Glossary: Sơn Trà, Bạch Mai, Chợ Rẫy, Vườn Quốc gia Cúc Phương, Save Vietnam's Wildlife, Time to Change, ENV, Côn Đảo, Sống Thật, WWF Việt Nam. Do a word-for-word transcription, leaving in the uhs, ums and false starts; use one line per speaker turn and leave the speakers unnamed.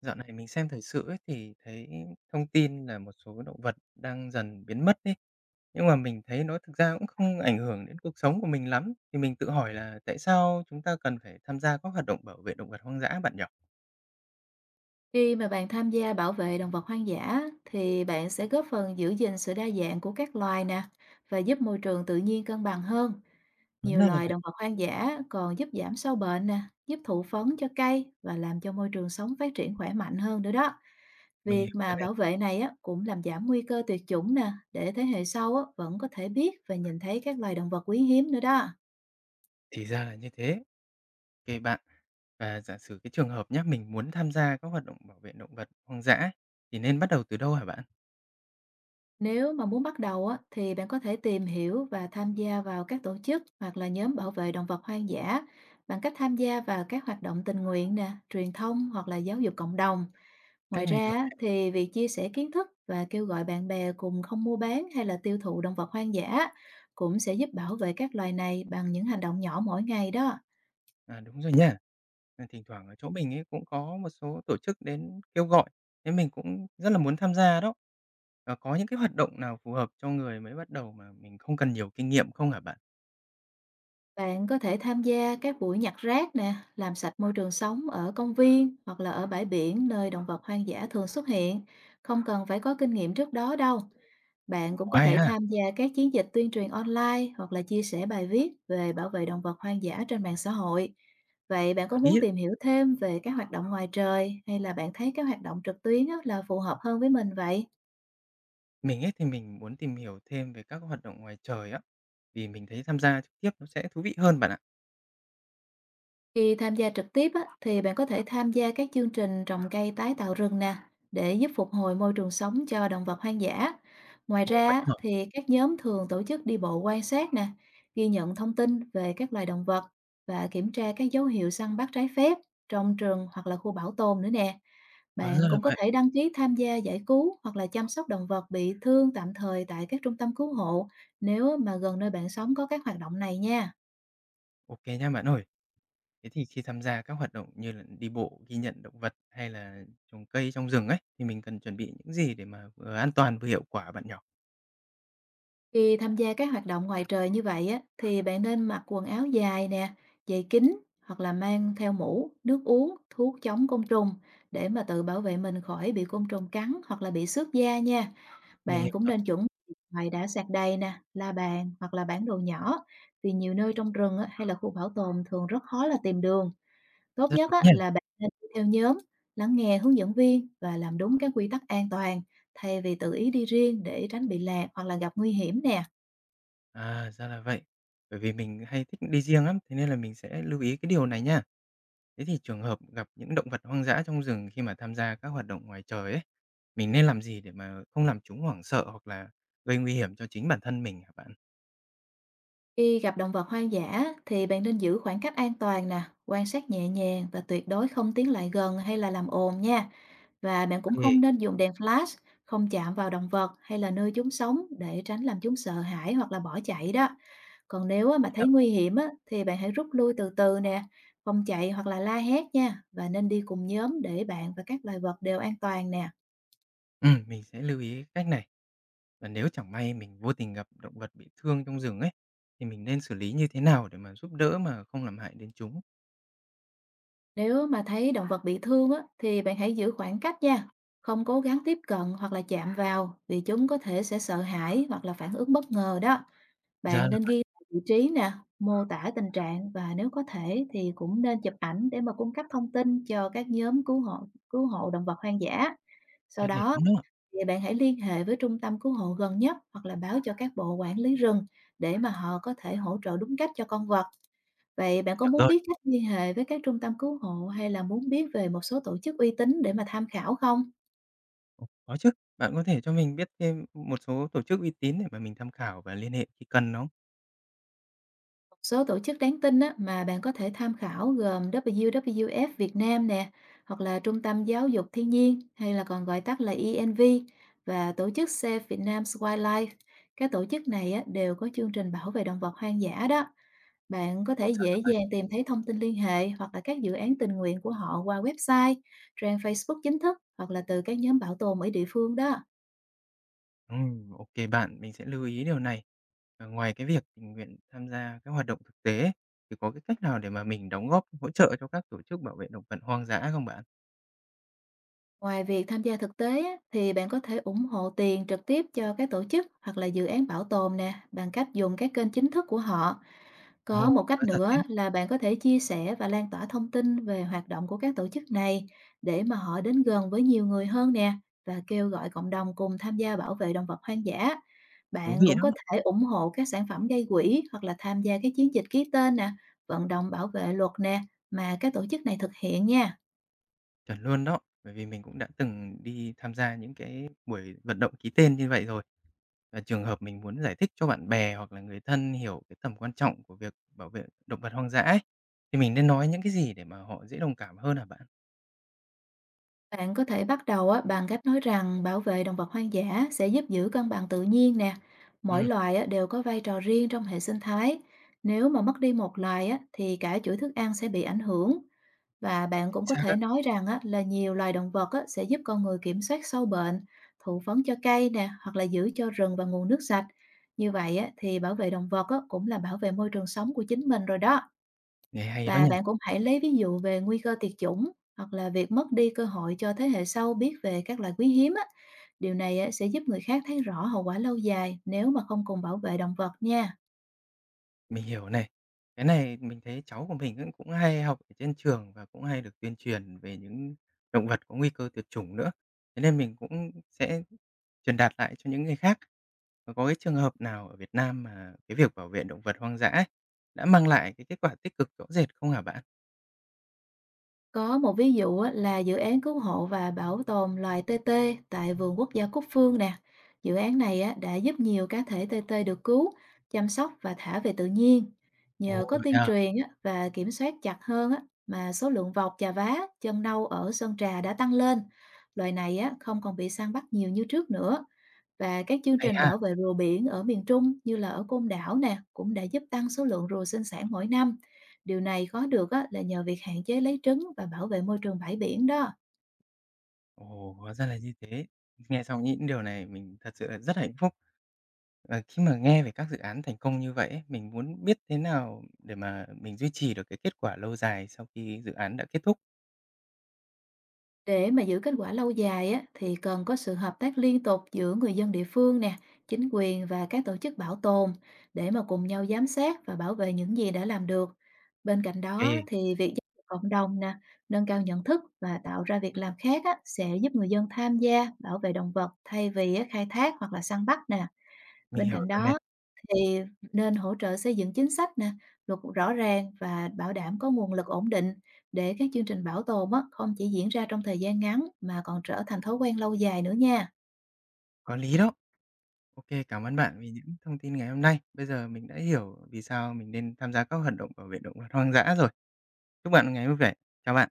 Dạo này mình xem thời sự ấy thì thấy thông tin là một số động vật đang dần biến mất đi. Nhưng mà mình thấy nó thực ra cũng không ảnh hưởng đến cuộc sống của mình lắm. Thì mình tự hỏi là tại sao chúng ta cần phải tham gia các hoạt động bảo vệ động vật hoang dã bạn nhỉ?
Khi mà bạn tham gia bảo vệ động vật hoang dã thì bạn sẽ góp phần giữ gìn sự đa dạng của các loài nè và giúp môi trường tự nhiên cân bằng hơn.
Nói
Nhiều
ra là
loài
vậy.
động vật hoang dã còn giúp giảm sâu bệnh nè, giúp thụ phấn cho cây và làm cho môi trường sống phát triển khỏe mạnh hơn nữa đó.
Mình hiểu
Việc
ra
mà
này.
bảo vệ này á, cũng làm giảm nguy cơ tuyệt chủng nè, để thế hệ sau á, vẫn có thể biết và nhìn thấy các loài động vật quý hiếm nữa đó.
Thì ra là như thế. Ok bạn. Và giả sử cái trường hợp nhé, mình muốn tham gia các hoạt động bảo vệ động vật hoang dã ấy, thì nên bắt đầu từ đâu hả bạn?
Nếu mà muốn bắt đầu á, thì bạn có thể tìm hiểu và tham gia vào các tổ chức hoặc là nhóm bảo vệ động vật hoang dã bằng cách tham gia vào các hoạt động tình nguyện nè, truyền thông hoặc là giáo dục cộng đồng.
Cách
Ngoài
này được.
ra á, thì việc chia sẻ kiến thức và kêu gọi bạn bè cùng không mua bán hay là tiêu thụ động vật hoang dã cũng sẽ giúp bảo vệ các loài này bằng những hành động nhỏ mỗi ngày đó.
À đúng rồi nha. Ờ, thỉnh thoảng ở chỗ mình ấy cũng có một số tổ chức đến kêu gọi, thế mình cũng rất là muốn tham gia đó. Ờ, có những cái hoạt động nào phù hợp cho người mới bắt đầu mà mình không cần nhiều kinh nghiệm không hả bạn?
Bạn có thể tham gia các buổi nhặt rác nè, làm sạch môi trường sống ở công viên hoặc là ở bãi biển nơi động vật hoang dã thường xuất hiện. Không cần phải có kinh nghiệm trước đó đâu. Bạn cũng
Có
có
hay
thể
ha!
tham gia các chiến dịch tuyên truyền online hoặc là chia sẻ bài viết về bảo vệ động vật hoang dã trên mạng xã hội. Vậy bạn có
Ý
muốn
là
tìm hiểu thêm về các hoạt động ngoài trời hay là bạn thấy các hoạt động trực tuyến á là phù hợp hơn với mình vậy?
mình ấy thì mình muốn tìm hiểu thêm về các hoạt động ngoài trời á, vì mình thấy tham gia trực tiếp nó sẽ thú vị hơn bạn ạ.
Khi tham gia trực tiếp á, thì bạn có thể tham gia các chương trình trồng cây tái tạo rừng nè để giúp phục hồi môi trường sống cho động vật hoang dã. Ngoài
Ồ,
ra
vậy
á,
hả?
thì các nhóm thường tổ chức đi bộ quan sát nè, ghi nhận thông tin về các loài động vật và kiểm tra các dấu hiệu săn bắt trái phép trong rừng hoặc là khu bảo tồn nữa nè.
Hóa ra
Bạn
là
cũng có
vậy.
thể đăng ký tham gia giải cứu hoặc là chăm sóc động vật bị thương tạm thời tại các trung tâm cứu hộ nếu mà gần nơi bạn sống có các hoạt động này nha.
Ok nha bạn ơi. Thế thì khi tham gia các hoạt động như là đi bộ, ghi nhận động vật hay là trồng cây trong rừng ấy, thì mình cần chuẩn bị những gì để mà vừa an toàn vừa hiệu quả bạn nhỏ.
Khi tham gia các hoạt động ngoài trời như vậy á, thì bạn nên mặc quần áo dài nè, giày kín hoặc là mang theo mũ, nước uống, thuốc chống côn trùng để mà tự bảo vệ mình khỏi bị côn trùng cắn hoặc là bị xước da nha.
Mình
Bạn
hiểu
cũng
rồi.
nên chuẩn bị ngoài đã sạc đầy nè, la bàn hoặc là bản đồ nhỏ vì nhiều nơi trong rừng á, hay là khu bảo tồn thường rất khó là tìm đường. Tốt
Rất
nhất
đúng
á,
nha.
là bạn nên đi theo nhóm, lắng nghe hướng dẫn viên và làm đúng các quy tắc an toàn thay vì tự ý đi riêng để tránh bị lạc hoặc là gặp nguy hiểm nè.
À, ra là vậy. Bởi vì mình hay thích đi riêng lắm, thế nên là mình sẽ lưu ý cái điều này nha. Thế thì trường hợp gặp những động vật hoang dã trong rừng khi mà tham gia các hoạt động ngoài trời ấy, mình nên làm gì để mà không làm chúng hoảng sợ hoặc là gây nguy hiểm cho chính bản thân mình hả bạn?
Khi gặp động vật hoang dã thì bạn nên giữ khoảng cách an toàn nè, quan sát nhẹ nhàng và tuyệt đối không tiến lại gần hay là làm ồn nha. Và bạn cũng không
Ok.
nên dùng đèn flash, không chạm vào động vật hay là nơi chúng sống để tránh làm chúng sợ hãi hoặc là bỏ chạy đó. Còn nếu á, mà thấy nguy hiểm á, thì bạn hãy rút lui từ từ nè, không chạy hoặc là la hét nha. Và nên đi cùng nhóm để bạn và các loài vật đều an toàn nè.
Ừm, mình sẽ lưu ý cách này. Và nếu chẳng may mình vô tình gặp động vật bị thương trong rừng ấy, thì mình nên xử lý như thế nào để mà giúp đỡ mà không làm hại đến chúng?
Nếu mà thấy động vật bị thương á, thì bạn hãy giữ khoảng cách nha, không cố gắng tiếp cận hoặc là chạm vào vì chúng có thể sẽ sợ hãi hoặc là phản ứng bất ngờ đó.
Ra
Bạn
là
nên
vậy.
ghi lại vị trí nè, mô tả tình trạng và nếu có thể thì cũng nên chụp ảnh để mà cung cấp thông tin cho các nhóm cứu hộ cứu hộ động vật hoang dã. Sau
Cách này
đó
đúng không?
thì bạn hãy liên hệ với trung tâm cứu hộ gần nhất hoặc là báo cho các bộ quản lý rừng để mà họ có thể hỗ trợ đúng cách cho con vật. Vậy bạn có
Hiểu
muốn
rồi.
biết cách liên hệ với các trung tâm cứu hộ hay là muốn biết về một số tổ chức uy tín để mà tham khảo không?
Ồ, có chứ. Bạn có thể cho mình biết thêm một số tổ chức uy tín để mà mình tham khảo và liên hệ khi cần không?
Một số tổ chức đáng tin á, mà bạn có thể tham khảo gồm vê kép vê kép ép Việt Nam nè, hoặc là Trung tâm Giáo dục Thiên nhiên hay là còn gọi tắt là e en vê và tổ chức Save Vietnam's Wildlife. Các tổ chức này á, đều có chương trình bảo vệ động vật hoang dã đó. Bạn có thể
Ồ, ra
dễ
là vậy.
dàng tìm thấy thông tin liên hệ hoặc là các dự án tình nguyện của họ qua website, trang Facebook chính thức hoặc là từ các nhóm bảo tồn ở địa phương đó.
Ừm, ô bạn, mình sẽ lưu ý điều này. Và ngoài cái việc tình nguyện tham gia các hoạt động thực tế ấy, thì có cái cách nào để mà mình đóng góp hỗ trợ cho các tổ chức bảo vệ động vật hoang dã không bạn?
Ngoài việc tham gia thực tế á, thì bạn có thể ủng hộ tiền trực tiếp cho các tổ chức hoặc là dự án bảo tồn nè, bằng cách dùng các kênh chính thức của họ. Có
Ồ,
một cách
hóa ra thế,
nữa là bạn có thể chia sẻ và lan tỏa thông tin về hoạt động của các tổ chức này để mà họ đến gần với nhiều người hơn nè và kêu gọi cộng đồng cùng tham gia bảo vệ động vật hoang dã.
thú
Bạn
vị
cũng
đó!
có thể ủng hộ các sản phẩm gây quỹ hoặc là tham gia các chiến dịch ký tên nè, vận động bảo vệ luật nè mà các tổ chức này thực hiện nha.
Chuẩn luôn đó, bởi vì mình cũng đã từng đi tham gia những cái buổi vận động ký tên như vậy rồi. Và trường hợp mình muốn giải thích cho bạn bè hoặc là người thân hiểu cái tầm quan trọng của việc bảo vệ động vật hoang dã ấy, thì mình nên nói những cái gì để mà họ dễ đồng cảm hơn hả bạn?
Bạn có thể bắt đầu á, bằng cách nói rằng bảo vệ động vật hoang dã sẽ giúp giữ cân bằng tự nhiên nè. Mỗi
Ừ.
loài á, đều có vai trò riêng trong hệ sinh thái. Nếu mà mất đi một loài á, thì cả chuỗi thức ăn sẽ bị ảnh hưởng. Và bạn
Chính
cũng có
xác á,
thể nói rằng á, là nhiều loài động vật á, sẽ giúp con người kiểm soát sâu bệnh, thụ phấn cho cây nè, hoặc là giữ cho rừng và nguồn nước sạch. Như vậy á, thì bảo vệ động vật á, cũng là bảo vệ môi trường sống của chính mình rồi đó.
nghe hay đó
Và
nhỉ?
bạn cũng hãy lấy ví dụ về nguy cơ tuyệt chủng hoặc là việc mất đi cơ hội cho thế hệ sau biết về các loài quý hiếm á. Điều này á, sẽ giúp người khác thấy rõ hậu quả lâu dài nếu mà không cùng bảo vệ động vật nha.
Mình hiểu này. Cái này mình thấy cháu của mình cũng cũng hay học ở trên trường và cũng hay được tuyên truyền về những động vật có nguy cơ tuyệt chủng nữa. Thế nên mình cũng sẽ truyền đạt lại cho những người khác. Và có cái trường hợp nào ở Việt Nam mà cái việc bảo vệ động vật hoang dã ấy, đã mang lại cái kết quả tích cực rõ rệt không hả bạn?
Có một ví dụ á, là dự án cứu hộ và bảo tồn loài tê tê tại Vườn Quốc gia Cúc Phương nè. Dự án này á, đã giúp nhiều cá thể tê tê được cứu, chăm sóc và thả về tự nhiên. Nhờ
Ồ,
có
thế
tuyên
à?
truyền á, và kiểm soát chặt hơn á, mà số lượng vọc chà vá, chân nâu ở Sơn Trà đã tăng lên. Loài này á, không còn bị săn bắt nhiều như trước nữa. Và các chương
Hay
trình
ha!
bảo vệ rùa biển ở miền Trung như là ở Côn Đảo nè, cũng đã giúp tăng số lượng rùa sinh sản mỗi năm. Điều này có được á, là nhờ việc hạn chế lấy trứng và bảo vệ môi trường bãi biển đó.
Ồ, hóa ra là như thế. Nghe xong những điều này mình thật sự là rất hạnh phúc. Ờ, khi mà nghe về các dự án thành công như vậy ấy, mình muốn biết thế nào để mà mình duy trì được cái kết quả lâu dài sau khi dự án đã kết thúc.
Để mà giữ kết quả lâu dài á, thì cần có sự hợp tác liên tục giữa người dân địa phương nè, chính quyền và các tổ chức bảo tồn để mà cùng nhau giám sát và bảo vệ những gì đã làm được. Bên cạnh đó
Ok.
thì việc giáo dục cộng đồng nè, nâng cao nhận thức và tạo ra việc làm khác á, sẽ giúp người dân tham gia bảo vệ động vật thay vì á, khai thác hoặc là săn bắt nè.
Mình
Bên
hiểu
cạnh
rồi này,
đó thì nên hỗ trợ xây dựng chính sách nè, luật rõ ràng và bảo đảm có nguồn lực ổn định để các chương trình bảo tồn á, không chỉ diễn ra trong thời gian ngắn mà còn trở thành thói quen lâu dài nữa nha.
có lý đó. Ok, cảm ơn bạn vì những thông tin ngày hôm nay. Bây giờ mình đã hiểu vì sao mình nên tham gia các hoạt động bảo vệ động vật hoang dã rồi. Chúc bạn một ngày vui vẻ. Chào bạn.